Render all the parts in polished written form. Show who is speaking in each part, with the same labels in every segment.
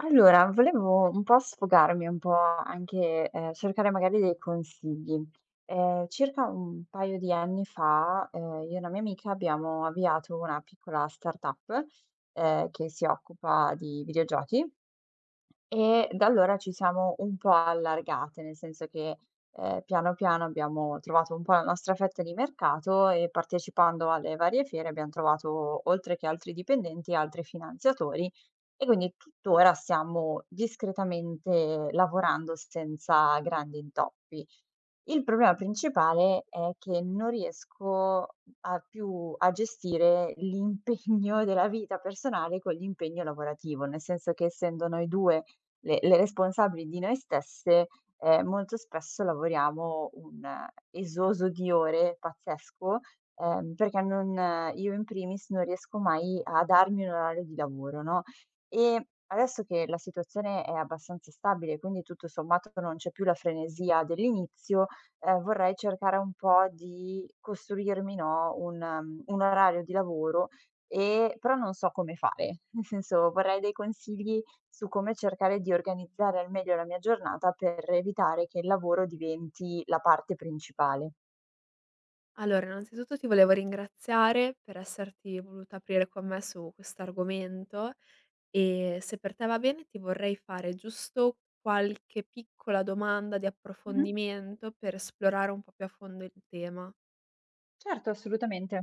Speaker 1: Allora, volevo un po' sfogarmi, un po' anche, cercare magari dei consigli. Circa un paio di anni fa, io e una mia amica abbiamo avviato una piccola startup, che si occupa di videogiochi e da allora ci siamo un po' allargate, nel senso che, piano piano abbiamo trovato un po' la nostra fetta di mercato e partecipando alle varie fiere abbiam trovato, oltre che altri dipendenti, altri finanziatori e quindi tuttora stiamo discretamente lavorando senza grandi intoppi. Il problema principale è che non riesco a più a gestire l'impegno della vita personale con l'impegno lavorativo, nel senso che essendo noi 2 le responsabili di noi stesse, molto spesso lavoriamo un esoso di ore pazzesco, perché non io in primis non riesco mai a darmi un orario di lavoro, no, e adesso che la situazione è abbastanza stabile, quindi tutto sommato non c'è più la frenesia dell'inizio, vorrei cercare un po' di costruirmi, no, un orario di lavoro, però non so come fare. Nel senso, vorrei dei consigli su come cercare di organizzare al meglio la mia giornata per evitare che il lavoro diventi la parte principale.
Speaker 2: Allora, innanzitutto ti volevo ringraziare per esserti voluta aprire con me su questo argomento e se per te va bene ti vorrei fare giusto qualche piccola domanda di
Speaker 1: Mh-mh.
Speaker 2: approfondimento per esplorare un po' più a fondo il tema.
Speaker 1: Certo, assolutamente.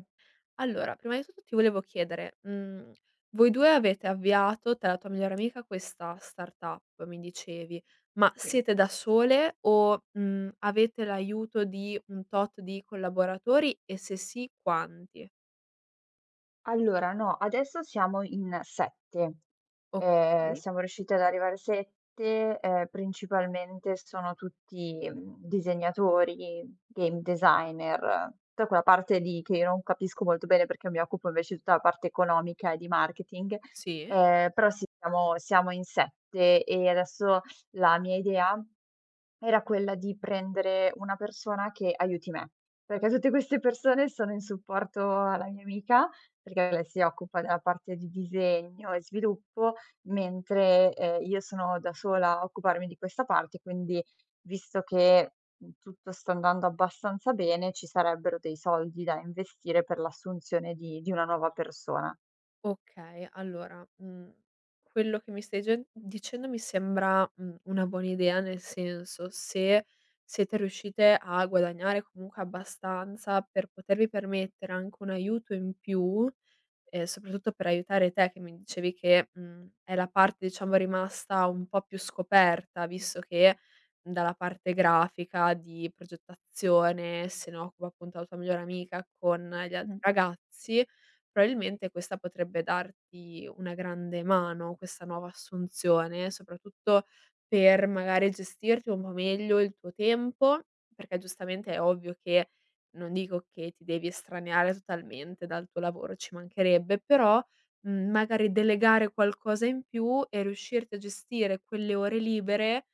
Speaker 2: Allora, prima di tutto ti volevo chiedere, voi 2 avete avviato, te e la tua migliore amica, questa startup mi dicevi, ma
Speaker 1: Sì.
Speaker 2: siete da sole o, avete l'aiuto di un tot di collaboratori e se sì quanti?
Speaker 1: Allora, no, adesso siamo in 7.
Speaker 2: Okay,
Speaker 1: Siamo riusciti ad arrivare 7, principalmente sono tutti, disegnatori, game designer, tutta quella parte lì che io non capisco molto bene perché mi occupo invece di tutta la parte economica e di marketing,
Speaker 2: sì.
Speaker 1: però sì, siamo in 7 e adesso la mia idea era quella di prendere una persona che aiuti me, perché tutte queste persone sono in supporto alla mia amica, perché lei si occupa della parte di disegno e sviluppo. Mentre, io sono da sola a occuparmi di questa parte, quindi visto che, tutto sta andando abbastanza bene, ci sarebbero dei soldi da investire per l'assunzione di una nuova persona.
Speaker 2: Okay, allora, quello che mi stai gen dicendo mi sembra, una buona idea, nel senso, se siete riuscite a guadagnare comunque abbastanza per potervi permettere anche un aiuto in più e soprattutto per aiutare te che mi dicevi che, è la parte diciamo rimasta un po' più scoperta, visto che dalla parte grafica, di progettazione, se ne occupa appunto la tua migliore amica con gli altri
Speaker 1: Mh,
Speaker 2: ragazzi, probabilmente questa potrebbe darti una grande mano, questa nuova assunzione, soprattutto per magari gestirti un po' meglio il tuo tempo, perché giustamente è ovvio che non dico che ti devi estraniare totalmente dal tuo lavoro, ci mancherebbe, però, magari delegare qualcosa in più e riuscirti a gestire quelle ore libere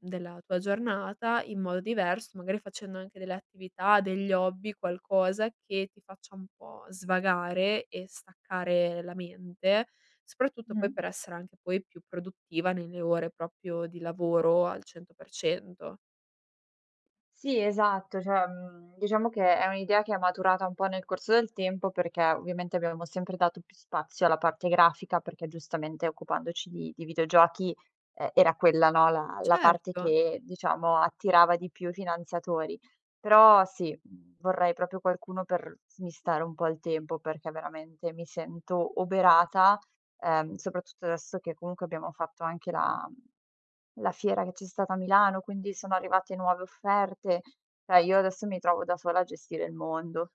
Speaker 2: della tua giornata in modo diverso, magari facendo anche delle attività, degli hobby, qualcosa che ti faccia un po' svagare e staccare la mente, soprattutto poi
Speaker 1: mh.
Speaker 2: per essere anche poi più produttiva nelle ore proprio di lavoro al 100%.
Speaker 1: Sì, esatto, cioè, diciamo che è un'idea che è maturata un po' nel corso del tempo, perché ovviamente abbiamo sempre dato più spazio alla parte grafica, perché giustamente occupandoci di videogiochi, era quella, no, la parte
Speaker 2: Certo.
Speaker 1: che diciamo attirava di più i finanziatori. Però sì, vorrei proprio qualcuno per smistare un po' il tempo, perché veramente mi sento oberata. Soprattutto adesso che comunque abbiamo fatto anche la fiera che c'è stata a Milano, quindi sono arrivate nuove offerte. Cioè io adesso mi trovo da sola a gestire il mondo.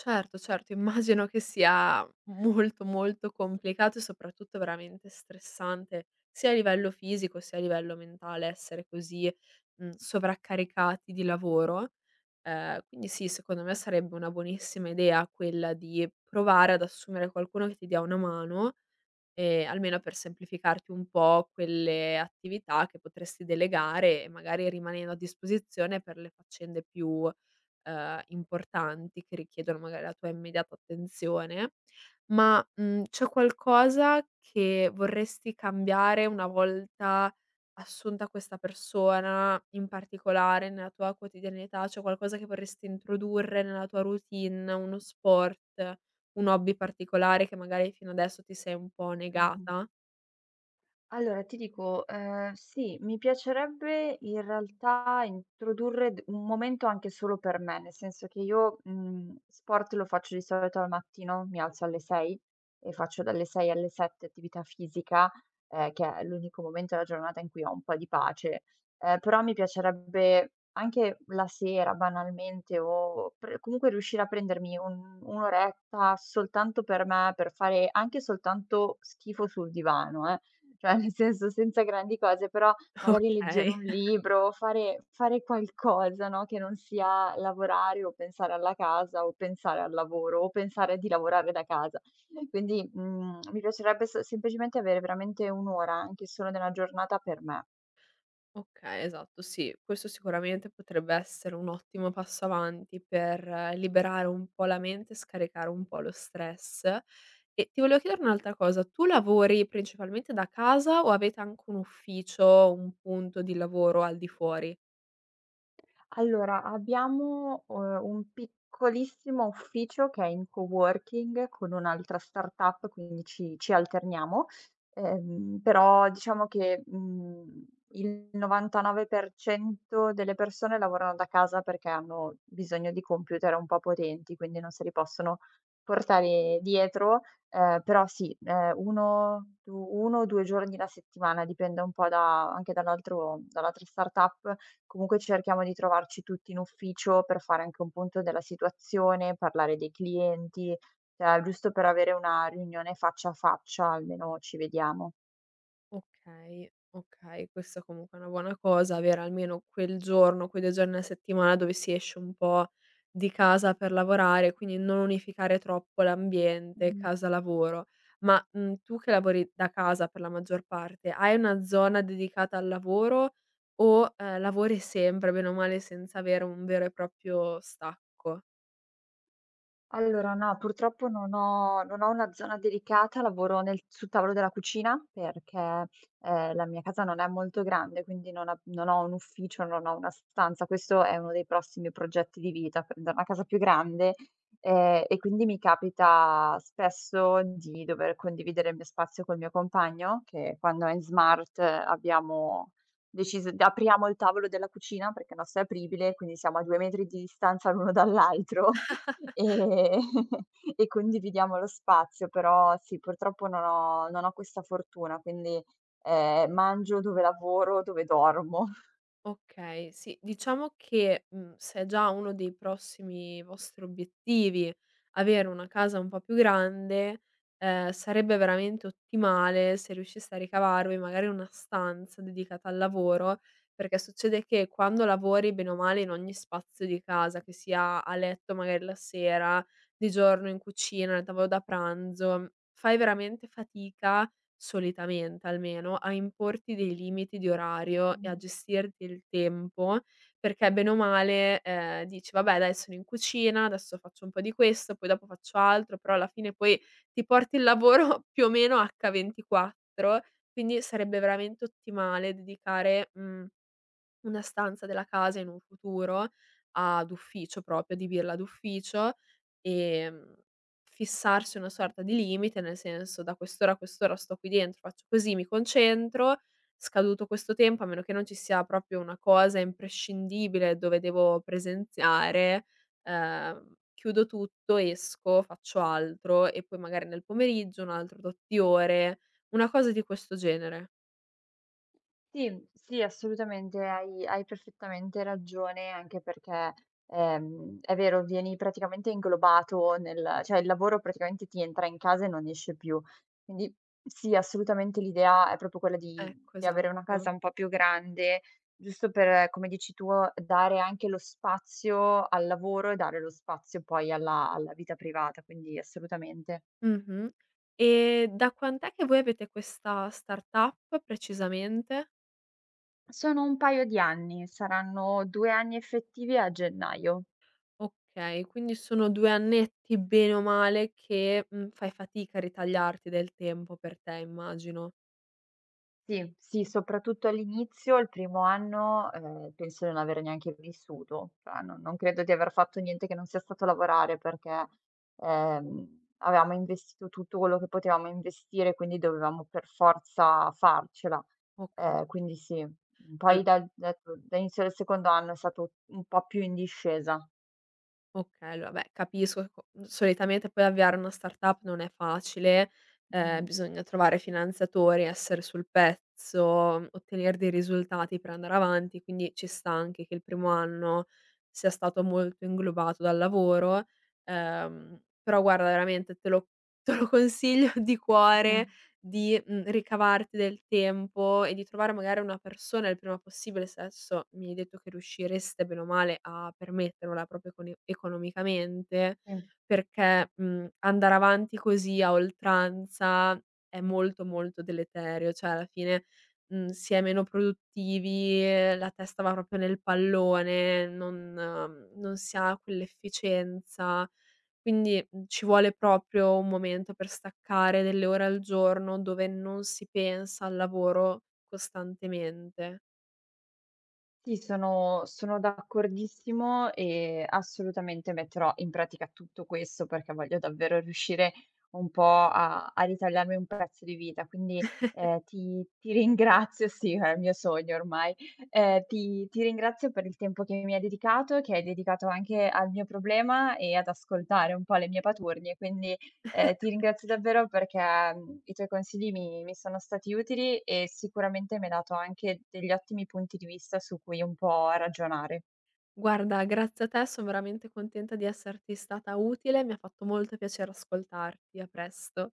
Speaker 2: Certo, certo, immagino che sia molto, molto complicato e soprattutto veramente stressante, sia a livello fisico sia a livello mentale essere così, sovraccaricati di lavoro. Quindi sì, secondo me sarebbe una buonissima idea quella di provare ad assumere qualcuno che ti dia una mano, almeno per semplificarti un po' quelle attività che potresti delegare e magari rimanendo a disposizione per le faccende più importanti che richiedono magari la tua immediata attenzione, ma, c'è qualcosa che vorresti cambiare una volta assunta questa persona in particolare nella tua quotidianità? C'è qualcosa che vorresti introdurre nella tua routine, uno sport, un hobby particolare che magari fino adesso ti sei un po'
Speaker 1: Mh-mh.
Speaker 2: negata?
Speaker 1: Allora ti dico, sì, mi piacerebbe in realtà introdurre d un momento anche solo per me, nel senso che io, sport lo faccio di solito al mattino, mi alzo alle 6 e faccio dalle 6 alle 7 attività fisica, che è l'unico momento della giornata in cui ho un po' di pace. Però mi piacerebbe anche la sera banalmente o pre comunque riuscire a prendermi un'oretta soltanto per me, per fare anche soltanto schifo sul divano, eh. Cioè, nel senso senza grandi cose, però magari leggere
Speaker 2: Okay.
Speaker 1: un libro, fare qualcosa, no, che non sia lavorare o pensare alla casa o pensare al lavoro o pensare di lavorare da casa. Quindi, mi piacerebbe s semplicemente avere veramente 1 ora anche solo nella giornata per me.
Speaker 2: Okay, esatto, sì. Questo sicuramente potrebbe essere un ottimo passo avanti per liberare un po' la mente, scaricare un po' lo stress. E ti volevo chiedere un'altra cosa: tu lavori principalmente da casa o avete anche un ufficio, un punto di lavoro al di fuori?
Speaker 1: Allora, abbiamo, un piccolissimo ufficio che è in coworking con un'altra startup, quindi ci alterniamo, però diciamo che, il 99% delle persone lavorano da casa perché hanno bisogno di computer un po' potenti, quindi non se li possono portare dietro, però sì, 1, du 1 o 2 giorni la settimana, dipende un po' da anche dall'altra startup. Comunque cerchiamo di trovarci tutti in ufficio per fare anche un punto della situazione, parlare dei clienti, cioè giusto per avere una riunione faccia a faccia, almeno ci vediamo.
Speaker 2: Okay, okay, questa comunque è una buona cosa, avere almeno quel giorno, quei 2 giorni alla settimana dove si esce un po' di casa per lavorare, quindi non unificare troppo l'ambiente casa-lavoro. Ma, tu che lavori da casa per la maggior parte, hai una zona dedicata al lavoro o, lavori sempre bene o male senza avere un vero e proprio stacco?
Speaker 1: Allora no, purtroppo non ho una zona dedicata, lavoro nel sul tavolo della cucina perché, la mia casa non è molto grande, quindi non ho un ufficio, non ho una stanza. Questo è uno dei prossimi progetti di vita, prendere una casa più grande, e quindi mi capita spesso di dover condividere il mio spazio col mio compagno, che quando è in smart abbiamo deciso d apriamo il tavolo della cucina perché il nostro è apribile, quindi siamo a 2 metri di distanza l'uno dall'altro. E e condividiamo lo spazio, però sì, purtroppo non ho questa fortuna, quindi, mangio dove lavoro, dove dormo.
Speaker 2: Okay, sì, diciamo che, se è già uno dei prossimi vostri obiettivi avere una casa un po' più grande, sarebbe veramente ottimale se riusciste a ricavarvi magari una stanza dedicata al lavoro, perché succede che quando lavori bene o male in ogni spazio di casa, che sia a letto magari la sera, di giorno in cucina, nel tavolo da pranzo, fai veramente fatica solitamente almeno, a importi dei limiti di orario e a gestirti il tempo, perché bene o male, dici: "Vabbè dai sono in cucina, adesso faccio un po' di questo, poi dopo faccio altro", però alla fine poi ti porti il lavoro più o meno H24, quindi sarebbe veramente ottimale dedicare, mhmm una stanza della casa in un futuro ad ufficio proprio, adibirla ad ufficio, ehm, fissarsi una sorta di limite, nel senso: da quest'ora a quest'ora sto qui dentro, faccio così, mi concentro, scaduto questo tempo, a meno che non ci sia proprio una cosa imprescindibile dove devo presenziare, chiudo tutto, esco, faccio altro e poi magari nel pomeriggio un altro tot di ore, una cosa di questo genere.
Speaker 1: Sì, sì, assolutamente, hai perfettamente ragione, anche perché, è vero, vieni praticamente inglobato nel, cioè, il lavoro praticamente ti entra in casa e non esce più. Quindi sì, assolutamente l'idea è proprio quella di
Speaker 2: Ecco,
Speaker 1: di avere una
Speaker 2: esatto.
Speaker 1: casa un po' più grande, giusto per, come dici tu, dare anche lo spazio al lavoro e dare lo spazio poi alla vita privata, quindi assolutamente.
Speaker 2: Mh-mh. E da quant'è che voi avete questa startup precisamente?
Speaker 1: Sono un paio di anni, saranno 2 anni effettivi a gennaio.
Speaker 2: Okay, quindi sono 2 annetti bene o male che, fai fatica a ritagliarti del tempo per te immagino.
Speaker 1: Sì, sì, soprattutto all'inizio, il primo anno, penso di non aver neanche vissuto, cioè non credo di aver fatto niente che non sia stato lavorare perché, avevamo investito tutto quello che potevamo investire, quindi dovevamo per forza farcela.
Speaker 2: Okay.
Speaker 1: Quindi sì.
Speaker 2: Allo
Speaker 1: Poi dall'inizio del secondo anno è stato un po' più in discesa.
Speaker 2: Okay, allora beh, capisco che co solitamente poi avviare una startup non è facile,
Speaker 1: Mh.
Speaker 2: bisogna trovare finanziatori, essere sul pezzo, ottenere dei risultati per andare avanti, quindi ci sta anche che il primo anno sia stato molto inglobato dal lavoro. Però guarda veramente te lo te lo consiglio di
Speaker 1: Mh,
Speaker 2: cuore, di, ricavarti del tempo e di trovare magari una persona il prima possibile, se adesso mi hai detto che riuscireste bene o male a permettervela proprio econi economicamente,
Speaker 1: sì.
Speaker 2: perché, andare avanti così a oltranza è molto, molto deleterio, cioè alla fine, si è meno produttivi, la testa va proprio nel pallone, non non si ha quell'efficienza quindi, ci vuole proprio un momento per staccare delle ore al giorno dove non si pensa al lavoro costantemente.
Speaker 1: Sì, sono d'accordissimo e assolutamente metterò in pratica tutto questo, perché voglio davvero riuscire un po' a ritagliarmi un pezzo di vita. Quindi, ti ringrazio sì, è il mio sogno ormai. Ti ringrazio per il tempo che mi hai dedicato, che hai dedicato anche al mio problema e ad ascoltare un po' le mie paturnie. Quindi, ti ringrazio davvero perché, i tuoi consigli mi sono stati utili e sicuramente mi hai dato anche degli ottimi punti di vista su cui un po' ragionare.
Speaker 2: Guarda, grazie a te son veramente contenta di esserti stata utile, mi ha fatto molto piacere ascoltarti. A presto.